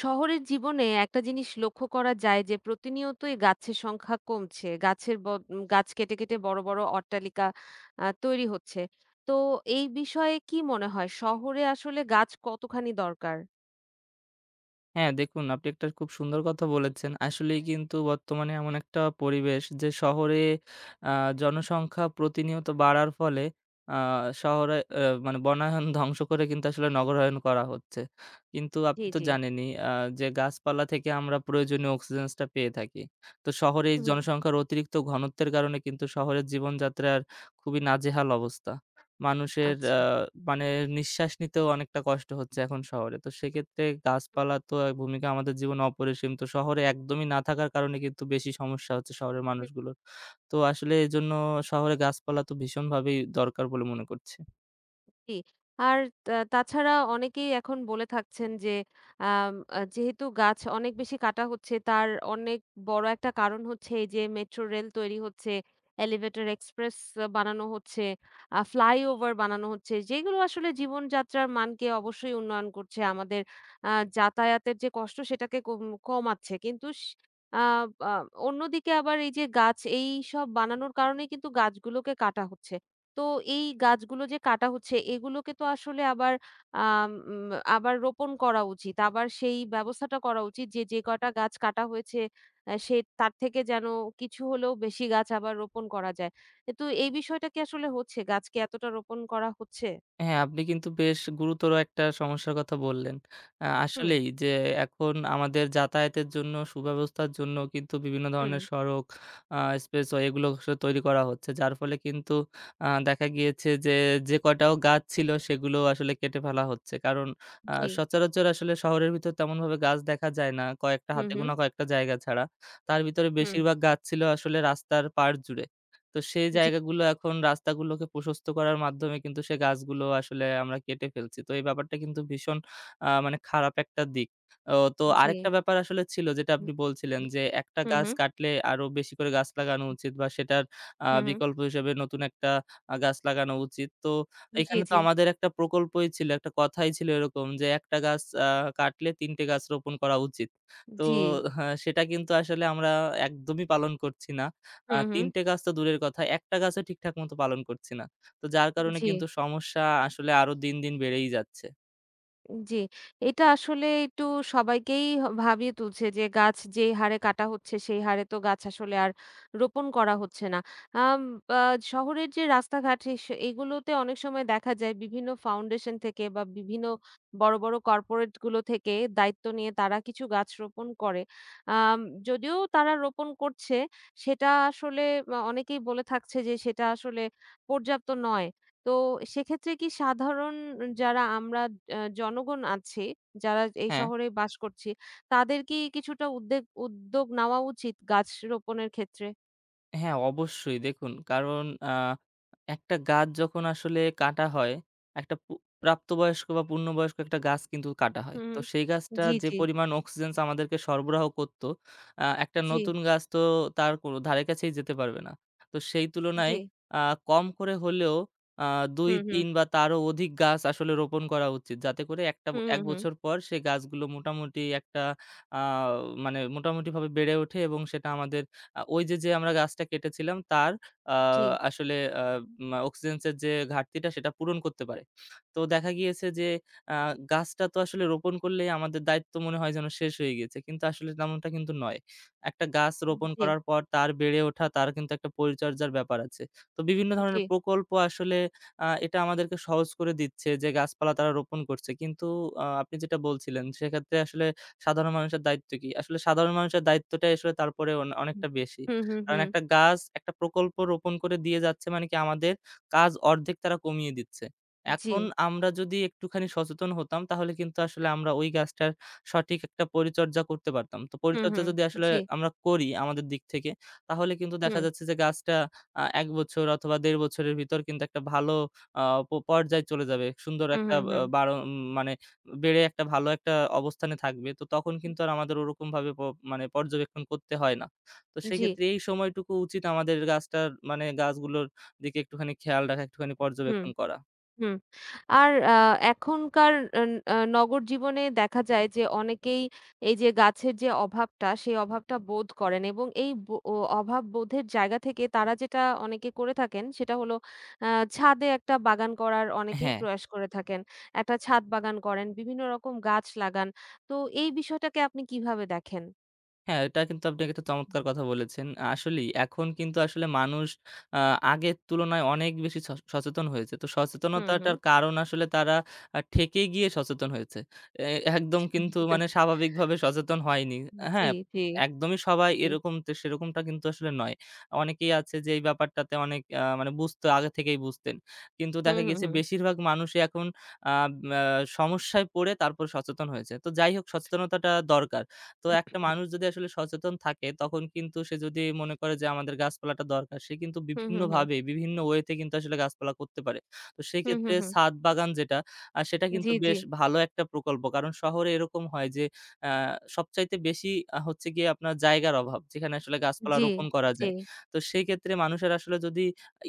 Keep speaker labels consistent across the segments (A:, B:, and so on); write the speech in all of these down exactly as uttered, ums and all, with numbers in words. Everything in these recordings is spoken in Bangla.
A: শহরের জীবনে একটা জিনিস লক্ষ্য করা যায় যে প্রতিনিয়তই গাছের সংখ্যা কমছে। গাছের বদ উম গাছ কেটে, কেটে বড়, বড় অট্টালিকা আ তৈরি হচ্ছে। তো এই বিষয়ে কি মনে হয় শহরে আসলে গাছ কতখানি দরকার?
B: হ্যাঁ, দেখুন আপনি একটা খুব সুন্দর কথা বলেছেন। আসলেই কিন্তু বর্তমানে এমন একটা পরিবেশ যে শহরে আ জনসংখ্যা প্রতিনিয়ত বাড়ার ফলে আ শহরে আ মানে বনায়ন ধ্বংস করে কিন্তু আসলে নগরায়ন করা হচ্ছে। কিন্তু আপনি
A: জি,
B: তো
A: জি।
B: জানেনই আ যে গাছপালা থেকে আমরা প্রয়োজনীয় অক্সিজেন্সটা পেয়ে থাকি। তো শহরে এই
A: হুম, হুম।
B: জনসংখ্যার অতিরিক্ত ঘনত্বের কারণে কিন্তু শহরের জীবনযাত্রার খুবই নাজেহাল অবস্থা। মানুষের
A: আচ্ছা।
B: আ মানে নিঃশ্বাস নিতেও অনেকটা কষ্ট হচ্ছে এখন শহরে। তো সেক্ষেত্রে গাছপালা তো এ ভূমিকা আমাদের জীবনে অপরিসীম। তো শহরে একদমই না থাকার কারণে কিন্তু বেশি সমস্যা হচ্ছে শহরের মানুষগুলোর। তো আসলে এজন্য শহরে গাছপালা তো ভীষণভাবেই দরকার বলে মনে করছি।
A: জি। আর তা তাছাড়া অনেকেই এখন বলে থাকছেন যে, আম আ যেহেতু গাছ অনেক বেশি কাটা হচ্ছে, তার অনেক বড় একটা কারণ হচ্ছে এই যে মেট্রো রেল তৈরি হচ্ছে, এলিভেটর এক্সপ্রেস বানানো হচ্ছে, আ ফ্লাইওভার বানানো হচ্ছে। যেগুলো আসলে জীবনযাত্রার মানকে অবশ্যই উন্নয়ন করছে। আমাদের আ যাতায়াতের যে কষ্ট সেটাকে কম কমাচ্ছে। কিন্তু স আ আ অন্যদিকে আবার এই যে গাছ এইসব বানানোর কারণেই কিন্তু গাছগুলোকে কাটা হচ্ছে। তো এই গাছগুলো যে কাটা হচ্ছে এগুলোকে তো আসলে আবার আম উম আবার রোপণ করা উচিত। আবার সেই ব্যবস্থাটা করা উচিত যে, যে কটা গাছ কাটা হয়েছে অ্যা সে তার থেকে যেন কিছু হলেও বেশি গাছ আবার রোপণ করা যায়। কিন্তু এই বিষয়টা কি আসলে হচ্ছে? গাছ কি এতটা রোপণ করা হচ্ছে?
B: হ্যাঁ, আপনি কিন্তু বেশ গুরুতর একটা সমস্যার কথা বললেন। আ
A: হুম,
B: আসলেই যে এখন আমাদের যাতায়াতের জন্য সুব্যবস্থার জন্য কিন্তু বিভিন্ন
A: হুম,
B: ধরনের সড়ক, আ স্পেসওয়ে এগুলো আসলে তৈরি করা হচ্ছে। যার ফলে কিন্তু আ দেখা গিয়েছে যে, যে কটাও গাছ ছিল সেগুলো আসলে কেটে ফেলা হচ্ছে। কারণ আ
A: জি,
B: সচরাচর আসলে শহরের ভিতর তেমনভাবে গাছ দেখা যায় না। কয়েকটা
A: হুম,
B: হাতে
A: হুম,
B: গোনা কয়েকটা জায়গা ছাড়া। তার ভিতরে
A: হুম,
B: বেশিরভাগ গাছ ছিল আসলে রাস্তার পাড় জুড়ে। তো সেই
A: জি,
B: জায়গাগুলো এখন রাস্তাগুলোকে প্রশস্ত করার মাধ্যমে কিন্তু সে গাছগুলো আসলে আমরা কেটে ফেলছি। তো এই ব্যাপারটা কিন্তু ভীষণ আ মানে খারাপ একটা দিক। ও তো
A: জি,
B: আরেকটা ব্যাপার আসলে ছিল যেটা
A: হু,
B: আপনি বলছিলেন
A: হু,
B: যে, একটা
A: হুম,
B: গাছ
A: হুম,
B: কাটলে আরো বেশি করে গাছ লাগানো উচিত বা সেটার আ
A: হুম, হুম,
B: বিকল্প হিসেবে নতুন একটা আ গাছ লাগানো উচিত। তো
A: জি,
B: এখানে তো
A: জি,
B: আমাদের একটা প্রকল্পই ছিল, একটা কথাই ছিল এরকম যে, একটা গাছ আ কাটলে তিনটে টে গাছ রোপণ করা উচিত। তো
A: জি,
B: হ্যাঁ, সেটা কিন্তু আসলে আমরা একদমই পালন করছি না। আ
A: হুম, হুম,
B: তিনটে টে গাছ তো দূরের কথা, একটা গাছও ঠিকঠাক মতো পালন করছি না। তো যার কারণে
A: জি।
B: কিন্তু সমস্যা আসলে আরো দিন, দিন বেড়েই যাচ্ছে।
A: জি, এটা আসলে একটু সবাইকেই হ ভাবিয়ে তুলছে যে গাছ যে হারে কাটা হচ্ছে সেই হারে তো গাছ আসলে আর রোপণ করা হচ্ছে না। আম আ শহরের যে রাস্তাঘাট এস এগুলোতে অনেক সময় দেখা যায় বিভিন্ন ফাউন্ডেশন থেকে বা বিভিন্ন বড়, বড় কর্পোরেট গুলো থেকে দায়িত্ব নিয়ে তারা কিছু গাছ রোপণ করে। আম যদিও তারা রোপণ করছে সেটা আসলে আ অনেকেই বলে থাকছে যে সেটা আসলে পর্যাপ্ত নয়। তো সেক্ষেত্রে কি সাধারণ যারা আমরা আ জনগণ আছি, যারা এই
B: হ্যাঁ?
A: শহরে বাস করছি, তাদের কি কিছুটা উদ্বেগ উদ্যোগ নেওয়া উচিত গাছ রোপণের ক্ষেত্রে?
B: হ্যাঁ, অবশ্যই দেখুন কারণ আ একটা গাছ যখন আসলে কাটা হয়, একটা পু প্রাপ্তবয়স্ক বা পূর্ণবয়স্ক একটা গাছ কিন্তু কাটা হয়।
A: হুম,
B: তো
A: হুম।
B: সেই গাছটা
A: জি,
B: যে
A: জি,
B: পরিমাণ অক্সিজেন আমাদেরকে সরবরাহ করত, আ একটা
A: জি,
B: নতুন গাছ তো তার কোন ধারে কাছেই যেতে পারবে না। তো সেই তুলনায়
A: জি।
B: আ কম করে হলেও আ দুই,
A: হুম, হুম।
B: তিন বা তারও অধিক গাছ আসলে রোপণ করা উচিত। যাতে করে একটা
A: হুম,
B: এক
A: হুম, হুম।
B: বছর পর সে গাছগুলো মোটামুটি একটা আ মানে মোটামুটিভাবে বেড়ে ওঠে এবং সেটা আমাদের আ ওই যে, যে আমরা গাছটা কেটেছিলাম তার আ
A: জি,
B: আসলে আ মা অক্সিজেন্সের যে ঘাটতিটা সেটা পূরণ করতে পারে। তো দেখা গিয়েছে যে আ গাছটা তো আসলে রোপণ করলেই আমাদের দায়িত্ব মনে হয় যেন শেষ হয়ে গিয়েছে। কিন্তু আসলে তেমনটা কিন্তু নয়। একটা গাছ রোপণ
A: জি,
B: করার পর তার বেড়ে ওঠা তার কিন্তু একটা পরিচর্যার ব্যাপার আছে। তো বিভিন্ন
A: জি।
B: ধরনের প্রকল্প আসলে আ এটা আমাদেরকে সহজ করে দিচ্ছে যে গাছপালা তারা রোপণ করছে। কিন্তু আ আপনি যেটা বলছিলেন সেক্ষেত্রে আসলে সাধারণ মানুষের দায়িত্ব কি? আসলে সাধারণ মানুষের দায়িত্বটাই আসলে তারপরে অন
A: হুম।
B: অনেকটা বেশি।
A: হুম, হুম,
B: কারণ
A: হুম।
B: একটা গাছ একটা প্রকল্প রোপণ করে দিয়ে যাচ্ছে মানে কি আমাদের কাজ অর্ধেক তারা কমিয়ে দিচ্ছে।
A: জি।
B: এখন আমরা যদি একটুখানি সচেতন হতাম তাহলে কিন্তু আসলে আমরা ওই গাছটার সঠিক একটা পরিচর্যা করতে পারতাম। তো
A: হুম,
B: পরিচর্যা
A: হুম।
B: যদি আসলে
A: জি।
B: আমরা করি আমাদের দিক থেকে তাহলে কিন্তু দেখা
A: হুম।
B: যাচ্ছে যে গাছটা আ এক বছর অথবা দেড় বছরের ভিতর কিন্তু একটা ভালো আ প পর্যায়ে চলে যাবে। সুন্দর
A: হুম,
B: একটা
A: হুম,
B: আ
A: হুম।
B: বাড়ন মানে বেড়ে একটা ভালো একটা অবস্থানে থাকবে। তো তখন কিন্তু আর আমাদের ওরকমভাবে প মানে পর্যবেক্ষণ করতে হয় না। তো
A: জি।
B: সেক্ষেত্রে এই সময়টুকু উচিত আমাদের গাছটার মানে গাছগুলোর দিকে একটুখানি খেয়াল রাখা, একটুখানি
A: হুম।
B: পর্যবেক্ষণ করা।
A: হুম। আর আ এখনকার আ আ নগর জীবনে দেখা যায় যে অনেকেই এই যে গাছের যে অভাবটা, সেই অভাবটা বোধ করেন এবং এই ব অ অভাব বোধের জায়গা থেকে তারা যেটা অনেকে করে থাকেন সেটা হলো আ ছাদে একটা বাগান করার অনেকেই
B: হ্যাঁ।
A: প্রয়াস করে থাকেন। একটা ছাদ বাগান করেন, বিভিন্ন রকম গাছ লাগান। তো এই বিষয়টাকে আপনি কিভাবে দেখেন?
B: হ্যাঁ, এটা কিন্তু আপনি একটা চমৎকার কথা বলেছেন। আসলেই এখন কিন্তু আসলে মানুষ আ আগের তুলনায় অনেক বেশি স সচেতন হয়েছে। তো
A: হুম, হুম।
B: সচেতনতাটার কারণ আসলে তারা আ ঠেকে গিয়ে সচেতন হয়েছে। এ একদম কিন্তু মানে স্বাভাবিকভাবে সচেতন হয়নি।
A: জি,
B: হ্যাঁ,
A: জি,
B: একদমই সবাই
A: জি।
B: এরকম তে সেরকমটা কিন্তু আসলে নয়। অনেকেই আছে যে এই ব্যাপারটাতে অনেক আ মানে বুঝতো আগে থেকেই বুঝতেন। কিন্তু
A: হুম,
B: দেখা
A: হুম,
B: গেছে
A: হুম।
B: বেশিরভাগ মানুষই এখন আ ম্যা সমস্যায় পড়ে তারপর সচেতন হয়েছে। তো যাই হোক সচেতনতাটা দরকার। তো একটা মানুষ যদি আসলে সচেতন থাকে তখন কিন্তু সে যদি মনে করে যে আমাদের গাছপালাটা দরকার, সে কিন্তু
A: হুম, হুম, হুম।
B: বিভিন্নভাবে বিভিন্ন ওয়েতে কিন্তু আসলে গাছপালা করতে পারে। তো
A: হুম,
B: সেক্ষেত্রে
A: হুম, হুম।
B: ছাদ বাগান যেটা আ সেটা
A: জি,
B: কিন্তু
A: জি,
B: বেশ ভালো একটা প্রকল্প। কারণ শহরে এরকম হয় যে আ সবচাইতে বেশি আ হচ্ছে গিয়ে আপনার জায়গার অভাব যেখানে আসলে গাছপালা
A: জি,
B: রোপণ করা
A: জি।
B: যায়। তো সেই ক্ষেত্রে মানুষের আসলে যদি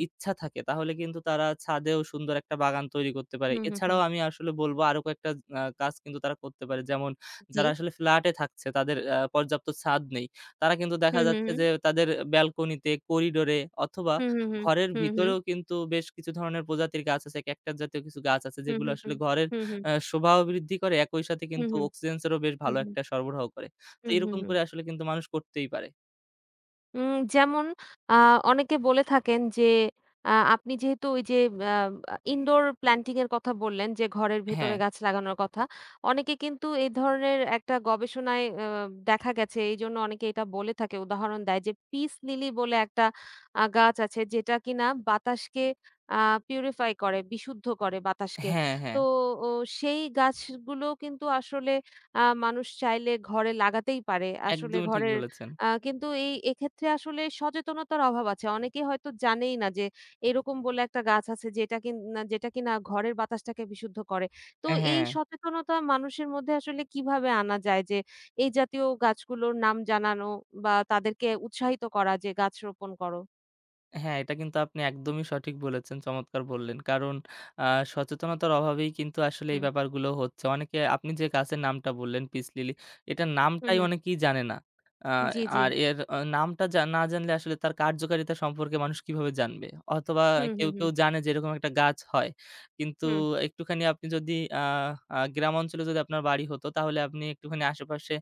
B: ইচ্ছা থাকে তাহলে কিন্তু তারা ছাদেও সুন্দর একটা বাগান তৈরি করতে পারে।
A: হুম, হুম, হুম।
B: এছাড়াও আমি আসলে বলব আরো কয়েকটা আ কাজ কিন্তু তারা করতে পারে। যেমন
A: জি।
B: যারা আসলে ফ্ল্যাটে থাকছে তাদের আ পর্যাপ্ত ছাদ নেই। তারা কিন্তু দেখা
A: হুম, হুম,
B: যাচ্ছে
A: হুম।
B: যে তাদের ব্যালকনিতে, করিডোরে অথবা
A: হুম, হুম, হুম।
B: ঘরের
A: হুম, হুম।
B: ভিতরেও কিন্তু বেশ কিছু ধরনের প্রজাতির গাছ আছে। ক্যাকটাস জাতীয় কিছু গাছ আছে
A: হুম,
B: যেগুলো
A: হুম,
B: আসলে
A: হুম।
B: ঘরের
A: হুম, হুম।
B: আ শোভাও বৃদ্ধি করে একই সাথে
A: হুম,
B: কিন্তু
A: হুম।
B: অক্সিজেন্স এরও বেশ
A: হুম,
B: ভালো
A: হুম।
B: একটা সরবরাহ করে। তো
A: হুম, হুম,
B: এরকম
A: হুম।
B: করে আসলে কিন্তু মানুষ করতেই পারে।
A: উম যেমন আ অনেকে বলে থাকেন যে আ আপনি যেহেতু ওই যে আ ইনডোর প্ল্যান্টিং এর কথা বললেন যে ঘরের
B: হ্যাঁ,
A: ভেতরে গাছ লাগানোর কথা। অনেকে কিন্তু এই ধরনের একটা গবেষণায় আ দেখা গেছে। এইজন্য অনেকে এটা বলে থাকে উদাহরণ দেয় যে পিস লিলি বলে একটা আ গাছ আছে যেটা কিনা বাতাসকে আ পিউরিফাই করে, বিশুদ্ধ করে বাতাসকে।
B: হ্যাঁ, হ্যাঁ।
A: তো ও সেই গাছগুলো কিন্তু আসলে আ মানুষ চাইলে ঘরে লাগাতেই পারে। আসলে
B: একদমই ঠিক
A: ঘরের
B: বলেছেন।
A: আ কিন্তু এই এক্ষেত্রে আসলে সচেতনতার অভাব আছে। অনেকেই হয়তো জানেই না যে এরকম বলে একটা গাছ আছে যেটা কিন না যেটা কিনা ঘরের বাতাসটাকে বিশুদ্ধ করে। তো এই
B: হ্যাঁ।
A: সচেতনতা মানুষের মধ্যে আসলে কিভাবে আনা যায় যে এই জাতীয় গাছগুলোর নাম জানানো বা তাদেরকে উৎসাহিত করা যে গাছ রোপণ করো?
B: হ্যাঁ, এটা কিন্তু আপনি একদমই সঠিক বলেছেন, চমৎকার বললেন। কারণ আ সচেতনতার অভাবেই কিন্তু আসলে এই
A: হুম,
B: ব্যাপারগুলো হচ্ছে। অনেকে আপনি যে গাছের নামটা বললেন পিস লিলি, এটার
A: হুম,
B: নামটাই
A: হুম।
B: অনেকেই জানে না। আ
A: জি, জি।
B: আর এর আ নামটা জা না জানলে আসলে তার কার্যকারিতা সম্পর্কে মানুষ কিভাবে জানবে? অথবা
A: হুম,
B: কেউ,
A: হুম, হুম,
B: কেউ জানে যে এরকম একটা গাছ হয়। কিন্তু
A: হুম,
B: একটুখানি আপনি যদি আ আ গ্রাম অঞ্চলে যদি আপনার বাড়ি হতো তাহলে আপনি একটুখানি আশেপাশে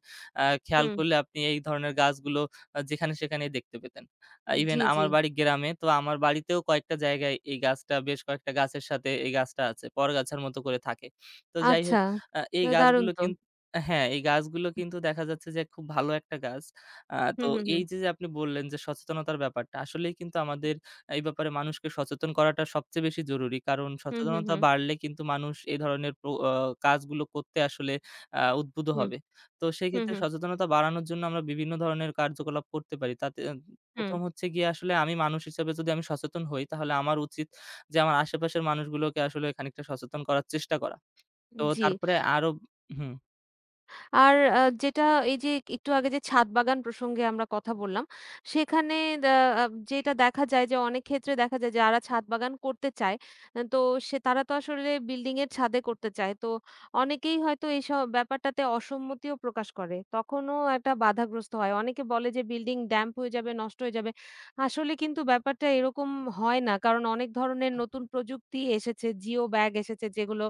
B: আ খেয়াল
A: হুম।
B: করলে আপনি এই ধরনের গাছগুলো আ যেখানে সেখানেই দেখতে পেতেন। আ ইভেন
A: জি, জি।
B: আমার বাড়ি গ্রামে। তো আমার বাড়িতেও কয়েকটা জায়গায় এই গাছটা বেশ কয়েকটা গাছের সাথে এই গাছটা আছে। পরগাছার মতো করে থাকে। তো যাই
A: আচ্ছা।
B: হোক আ এই
A: তো দারুণ
B: গাছগুলো
A: তো।
B: কিন হ্যাঁ, এই গাছগুলো কিন্তু দেখা যাচ্ছে যে খুব ভালো একটা গাছ। আ তো
A: হুম, হুম,
B: এই
A: হুম।
B: যে, যে আপনি বললেন যে সচেতনতার ব্যাপারটা আসলেই কিন্তু আমাদের এই ব্যাপারে মানুষকে সচেতন করাটা সবচেয়ে বেশি জরুরি। কারণ
A: হুম, হুম,
B: সচেতনতা
A: হুম।
B: বাড়লে কিন্তু মানুষ এই ধরনের প্র আ কাজগুলো করতে আসলে আ উদ্বুদ্ধ
A: হুম,
B: হবে। তো
A: হুম,
B: সেক্ষেত্রে
A: হুম,
B: সচেতনতা বাড়ানোর জন্য আমরা বিভিন্ন ধরনের কার্যকলাপ করতে পারি। তাতে
A: হুম।
B: ১ম হচ্ছে গিয়ে আসলে আমি মানুষ হিসেবে যদি আমি সচেতন হই, তাহলে আমার উচিত যে আমার আশেপাশের মানুষগুলোকে আসলে খানিকটা সচেতন করার চেষ্টা করা। তো
A: জি।
B: তারপরে আরো হুম,
A: আর আ যেটা এই যে একটু আগে যে ছাদ বাগান প্রসঙ্গে আমরা কথা বললাম। সেখানে দা আ যেটা দেখা যায় যে অনেক ক্ষেত্রে দেখা যায় যারা ছাদ বাগান করতে চায়, আহ, তো সে তারা তো আসলে বিল্ডিং এর ছাদে করতে চায়। তো অনেকেই হয়তো এইসব ব্যাপারটাতে অসম্মতিও প্রকাশ করে। তখনও একটা বাধাগ্রস্ত হয়। অনেকে বলে যে বিল্ডিং ড্যাম্প হয়ে যাবে, নষ্ট হয়ে যাবে। আসলে কিন্তু ব্যাপারটা এরকম হয় না। কারণ অনেক ধরনের নতুন প্রযুক্তি এসেছে, জিও ব্যাগ এসেছে যেগুলো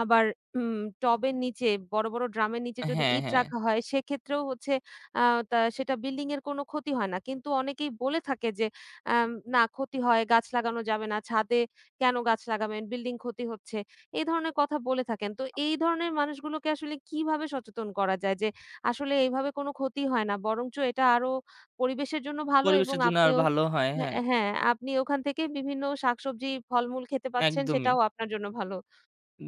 A: আবার হুম, টবের নিচে বড়, বড় ড্রামের নিচে যদি
B: হ্যাঁ,
A: ইট
B: হ্যাঁ।
A: রাখা হয় সেক্ষেত্রেও হচ্ছে আ তা সেটা বিল্ডিং এর কোনো ক্ষতি হয় না। কিন্তু অনেকেই বলে থাকে যে আম "না ক্ষতি হয়, গাছ লাগানো যাবে না। ছাদে কেন গাছ লাগাবেন? বিল্ডিং ক্ষতি হচ্ছে।" এই ধরনের কথা বলে থাকেন। তো এই ধরনের মানুষগুলোকে আসলে কিভাবে সচেতন করা যায় যে আসলে এইভাবে কোনো ক্ষতি হয় না। বরঞ্চ এটা আরো পরিবেশের জন্য ভালো এবং
B: পরিবেশের জন্য আর
A: আপনিও
B: ভালো হয়।
A: হ্যাঁ,
B: হ্যাঁ,
A: হ্যাঁ, আপনি ওখান থেকে বিভিন্ন শাকসবজি, ফলমূল খেতে পাচ্ছেন
B: একদমই।
A: সেটাও আপনার জন্য ভালো।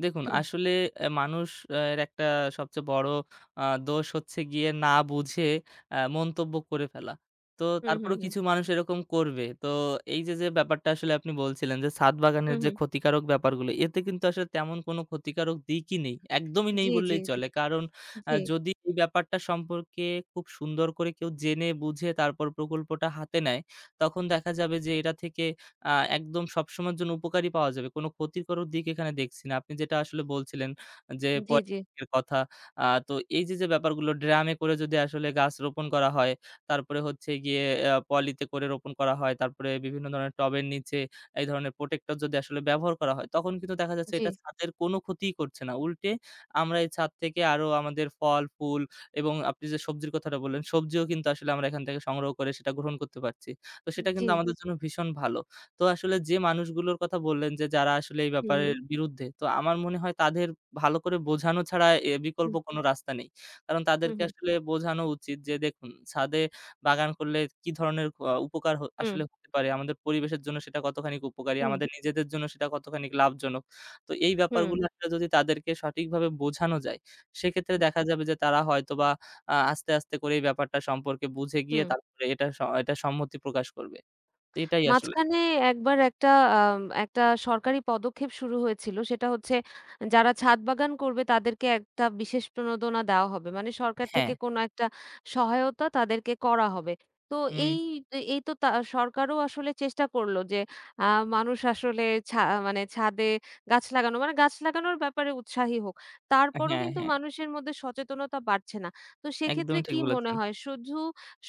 B: দেখুন,
A: হুম,
B: আসলে অ্যা মানুষ অ্যা এর একটা সবচেয়ে বড় আ দোষ হচ্ছে গিয়ে না বুঝে অ্যা মন্তব্য করে ফেলা। তো
A: হুম,
B: তারপরেও
A: হুম।
B: কিছু মানুষ এরকম করবে। তো এই যে, যে ব্যাপারটা আসলে আপনি বলছিলেন যে, ছাদ বাগানের
A: হুম,
B: যে
A: হুম।
B: ক্ষতিকারক ব্যাপারগুলো, এতে কিন্তু আসলে তেমন কোনো ক্ষতিকারক দিকই নেই। একদমই নেই
A: জি, জি,
B: বললেই
A: জি,
B: চলে। কারণ আ
A: জি,
B: যদি এই ব্যাপারটা সম্পর্কে খুব সুন্দর করে কেউ জেনে বুঝে তারপর প্রকল্পটা হাতে নেয়, তখন দেখা যাবে যে এটা থেকে আ একদম সবসময়ের জন্য উপকারী পাওয়া যাবে। কোনো ক্ষতিকর দিক এখানে দেখছি না। আপনি যেটা আসলে বলছিলেন যে
A: জি, জি,
B: পলিথিনের কথা। আ তো এই যে, যে ব্যাপারগুলো ড্রামে করে যদি আসলে গাছ রোপণ করা হয়, তারপরে হচ্ছে গিয়ে আ পলিতে করে রোপণ করা হয়, তারপরে বিভিন্ন ধরনের টবের নিচে এই ধরনের প্রোটেক্টর যদি আসলে ব্যবহার করা হয়, তখন কিন্তু দেখা যাচ্ছে
A: জি,
B: এটা ছাদের কোনো ক্ষতিই করছে না। উল্টে আমরা এই ছাদ থেকে আরো আমাদের ফল, ফুল এবং আপনি যে সবজির কথাটা বললেন, সবজিও কিন্তু আসলে আমরা এখান থেকে সংগ্রহ করে সেটা গ্রহণ করতে পারছি। তো সেটা
A: জি।
B: কিন্তু আমাদের জন্য ভীষণ ভালো। তো আসলে যে মানুষগুলোর কথা বললেন যে, যারা আসলে এই
A: হুম,
B: ব্যাপারের হুম। বিরুদ্ধে, তো আমার মনে হয় তাদের ভালো করে বোঝানো ছাড়া এ বিকল্প
A: হুম,
B: কোনো রাস্তা নেই। কারণ
A: হুম,
B: তাদেরকে
A: হুম,
B: আসলে বোঝানো উচিত যে, দেখুন ছাদে বাগান করলে কি ধরনের ক উপকার হ আসলে হতে পারে, আমাদের পরিবেশের জন্য সেটা কতখানি উপকারী,
A: হুম,
B: আমাদের নিজেদের জন্য সেটা কতখানি লাভজনক। তো এই
A: হুম,
B: ব্যাপারগুলো হুম। আসলে যদি তাদেরকে সঠিকভাবে বোঝানো যায়, সেক্ষেত্রে
A: হুম,
B: দেখা যাবে যে তারা হয়তোবা আ আস্তে, আস্তে করে এই ব্যাপারটা সম্পর্কে বুঝে গিয়ে
A: হুম।
B: তারপরে এটা স এটা সম্মতি প্রকাশ করবে। তো এটাই আসলে
A: মাঝখানে একবার একটা আম একটা সরকারি পদক্ষেপ শুরু হয়েছিল। সেটা হচ্ছে যারা ছাদ বাগান করবে তাদেরকে একটা বিশেষ প্রণোদনা দেওয়া হবে। মানে সরকার
B: হ্যাঁ।
A: থেকে কোনো একটা সহায়তা তাদেরকে করা হবে। তো
B: হুম,
A: এই এই তো তা সরকারও আসলে চেষ্টা করল যে আ মানুষ আসলে ছা মানে ছাদে গাছ লাগানো মানে গাছ লাগানোর ব্যাপারে উৎসাহী হোক। তারপরও
B: হ্যাঁ,
A: কিন্তু
B: হ্যাঁ।
A: মানুষের মধ্যে সচেতনতা বাড়ছে না। তো সেক্ষেত্রে
B: একদমই ঠিক
A: কি মনে
B: বলেছেন।
A: হয় শুধু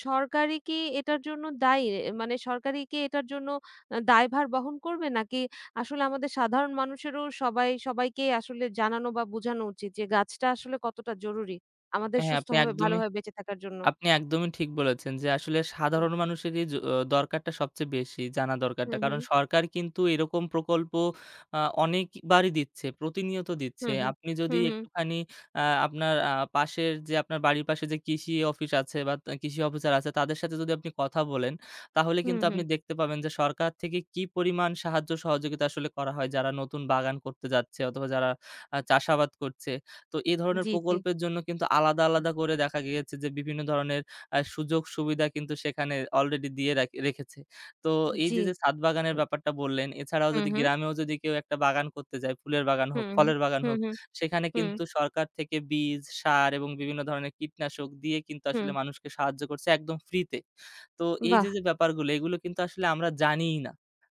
A: সরকারই কি এটার জন্য দায়ী? মানে সরকারই কি এটার জন্য আ দায়ভার বহন করবে? নাকি আসলে আমাদের সাধারণ মানুষেরও সবাই সবাইকে আসলে জানানো বা বোঝানো উচিত যে গাছটা আসলে কতটা জরুরি আমাদের
B: হ্যাঁ, আপনি
A: সুস্থভাবে
B: একদমই
A: ভালোভাবে বেঁচে থাকার জন্য?
B: আপনি একদমই ঠিক বলেছেন যে আসলে
A: হুম,
B: সাধারণ মানুষেরই য অ দরকারটা সবচেয়ে বেশি জানা
A: হুম,
B: দরকারটা। কারণ
A: হুম,
B: সরকার কিন্তু এরকম প্রকল্প আ অনেকবারই দিচ্ছে, প্রতিনিয়ত দিচ্ছে।
A: হুম, হুম,
B: আপনি যদি
A: হুম, হুম,
B: একটুখানি আ আপনার আ পাশের যে আপনার বাড়ির পাশে যে কৃষি অফিস আছে বা তা কৃষি অফিসার আছে তাদের সাথে যদি আপনি কথা বলেন, তাহলে
A: হুম,
B: কিন্তু আপনি
A: হুম,
B: দেখতে পাবেন যে সরকার থেকে কি পরিমাণ সাহায্য সহযোগিতা আসলে করা হয় যারা নতুন বাগান করতে যাচ্ছে অথবা যারা আ চাষাবাদ করছে। তো এ ধরনের
A: জি, জি,
B: প্রকল্পের জন্য কিন্তু আলাদা,
A: হুম,
B: আলাদা করে দেখা গিয়েছে যে বিভিন্ন ধরনের আ সুযোগ-সুবিধা কিন্তু সেখানে অলরেডি দিয়ে রাখ রেখেছে। তো এই যে,
A: জি,
B: যে ছাদ বাগানের
A: হুম,
B: ব্যাপারটা বললেন, এছাড়াও যদি
A: হুম,
B: গ্রামেও যদি কেউ একটা বাগান করতে যায়, ফুলের বাগান হোক,
A: হুম, হুম,
B: ফলের বাগান
A: হুম,
B: হোক,
A: হুম,
B: সেখানে
A: হুম,
B: কিন্তু সরকার থেকে বীজ, সার এবং বিভিন্ন ধরনের কীটনাশক দিয়ে কিন্তু
A: হুম
B: আসলে মানুষকে সাহায্য করছে একদম ফ্রিতে। তো এই
A: বাহ!
B: যে, যে ব্যাপারগুলো এগুলো কিন্তু আসলে আমরা জানিই না।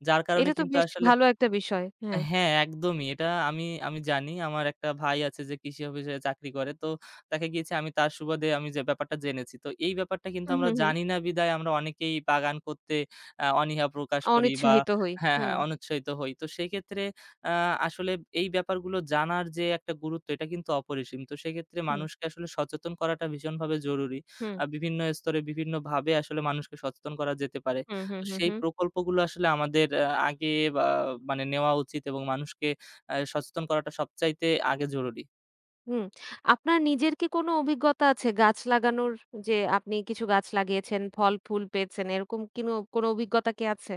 B: যার কারণে
A: এটা তো
B: কিন্তু
A: বেশ
B: আসলে
A: ভালো একটা বিষয়। হ্যাঁ,
B: হ্যাঁ, একদমই। এটা আমি আমি জানি। আমার একটা ভাই আছে যে কৃষি অফিসে চাকরি করে। তো দেখা গিয়েছে আমি তার সুবাদে আমি যে ব্যাপারটা জেনেছি। তো এই ব্যাপারটা কিন্তু
A: হুম,
B: আমরা
A: হুম, হুম,
B: জানি না বিধায় আমরা অনেকেই বাগান করতে আ অনীহা প্রকাশ করি বা
A: অনিৎসাহিত হই।
B: হ্যাঁ, হ্যাঁ,
A: হুম,
B: অনুৎসাহিত হই। তো সেক্ষেত্রে আ আসলে এই ব্যাপারগুলো জানার যে একটা গুরুত্ব এটা কিন্তু অপরিসীম। তো সেক্ষেত্রে
A: হুম,
B: মানুষকে আসলে সচেতন করাটা ভীষণভাবে জরুরি।
A: হুম,
B: আ বিভিন্ন স্তরে বিভিন্নভাবে আসলে মানুষকে সচেতন করা যেতে পারে।
A: হুম, হুম,
B: তো
A: হুম,
B: সেই
A: হুম।
B: প্রকল্পগুলো আসলে আমাদের আ আগে বা মানে নেওয়া উচিত এবং মানুষকে আ সচেতন করাটা সবচাইতে আগে জরুরি।
A: হুম। আপনার নিজের কি কোনো অভিজ্ঞতা আছে গাছ লাগানোর? যে আপনি কিছু গাছ লাগিয়েছেন, ফল ফুল পেয়েছেন এরকম কিনো কোনো অভিজ্ঞতা কি আছে?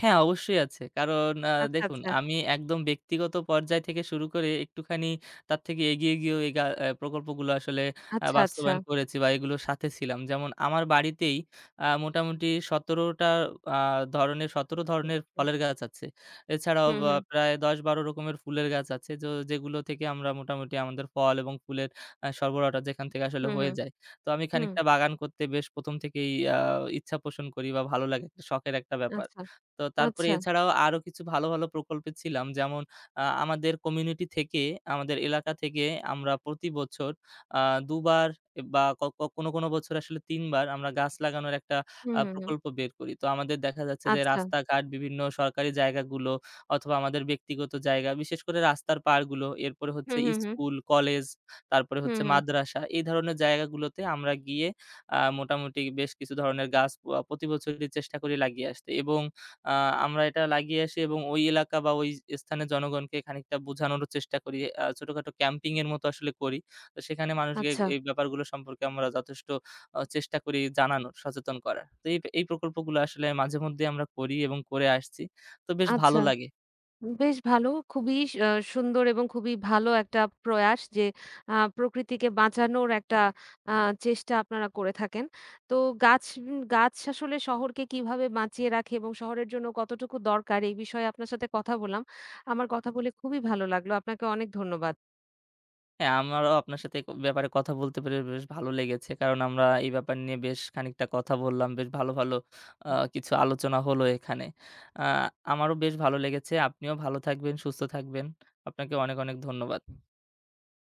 B: হ্যাঁ, অবশ্যই আছে। কারণ আ
A: আচ্ছা,
B: দেখুন
A: আচ্ছা।
B: আমি একদম ব্যক্তিগত পর্যায় থেকে শুরু করে একটুখানি তার থেকে এগিয়ে গিয়েও এই গা অ্যা প্রকল্পগুলো আসলে আ
A: আচ্ছা, আচ্ছা।
B: বাস্তবায়ন করেছি বা এগুলোর সাথে ছিলাম। যেমন আমার বাড়িতেই আ মোটামুটি সতেরোটা টা আ ধরনের সতেরো ধরনের ফলের গাছ আছে। এছাড়াও
A: হুম,
B: বা
A: হুম,
B: প্রায় দশ থেকে বারো রকমের ফুলের গাছ আছে। যো যেগুলো থেকে আমরা মোটামুটি আমাদের ফল এবং ফুলের আ সরবরাহটা যেখান থেকে আসলে
A: হুম,
B: হয়ে
A: হুম,
B: যায়। তো আমি
A: হুম,
B: খানিকটা বাগান করতে বেশ ১ম থেকেই আ ইচ্ছা পোষণ করি বা ভালো লাগে। একটা শখের একটা ব্যাপার।
A: আচ্ছা,
B: তো তারপরে
A: আচ্ছা।
B: এছাড়াও আরো কিছু ভালো, ভালো প্রকল্পে ছিলাম। যেমন আ আমাদের কমিউনিটি থেকে, আমাদের এলাকা থেকে আমরা প্রতি বছর আ দুই বার বা ক ক কোনো, কোনো বছর আসলে তিন বার আমরা গাছ লাগানোর একটা
A: হুম,
B: আ
A: হুম, হুম,
B: প্রকল্প বের করি। তো আমাদের দেখা যাচ্ছে যে
A: আচ্ছা।
B: রাস্তাঘাট, বিভিন্ন সরকারি জায়গাগুলো অথবা আমাদের ব্যক্তিগত জায়গা, বিশেষ করে রাস্তার পাড়গুলো, এরপরে হচ্ছে
A: হুম, হুম, হুম,
B: স্কুল, কলেজ, তারপরে
A: হুম,
B: হচ্ছে
A: হুম,
B: মাদ্রাসা, এই ধরনের জায়গাগুলোতে আমরা গিয়ে আ মোটামুটি বেশ কিছু ধরনের গাছ আ প্রতি বছরই চেষ্টা করি লাগিয়ে আসতে এবং আ আমরা এটা লাগিয়ে আসি এবং ওই এলাকা বা ওই স্থানের জনগণকে খানিকটা বোঝানোরও চেষ্টা করি। আ ছোটখাটো ক্যাম্পিং এর মতো আসলে করি। তো সেখানে মানুষকে
A: আচ্ছা,
B: এই ব্যাপারগুলো সম্পর্কে আমরা যথেষ্ট আ চেষ্টা করি জানানোর, সচেতন করার। তো এই এই প্রকল্পগুলো আসলে মাঝেমধ্যেই আমরা করি এবং করে আসছি। তো বেশ ভালো
A: আচ্ছা।
B: লাগে।
A: বেশ ভালো। খুবই আ সুন্দর এবং খুবই ভালো একটা প্রয়াস যে আ প্রকৃতিকে বাঁচানোর একটা আ চেষ্টা আপনারা করে থাকেন। তো গাছ উম গাছ আসলে শহরকে কিভাবে বাঁচিয়ে রাখে এবং শহরের জন্য কতটুকু দরকার এই বিষয়ে আপনার সাথে কথা বললাম। আমার কথা বলে খুবই ভালো লাগলো। আপনাকে অনেক ধন্যবাদ।
B: হ্যাঁ, আমারও আপনার সাথে এ ব্যাপারে কথা বলতে পেরে বেশ ভালো লেগেছে। কারণ আমরা এই ব্যাপার নিয়ে বেশ খানিকটা কথা বললাম। বেশ ভালো, ভালো আ কিছু আলোচনা হলো এখানে। আ আমারও বেশ ভালো লেগেছে। আপনিও ভালো থাকবেন, সুস্থ থাকবেন। আপনাকে অনেক, অনেক ধন্যবাদ।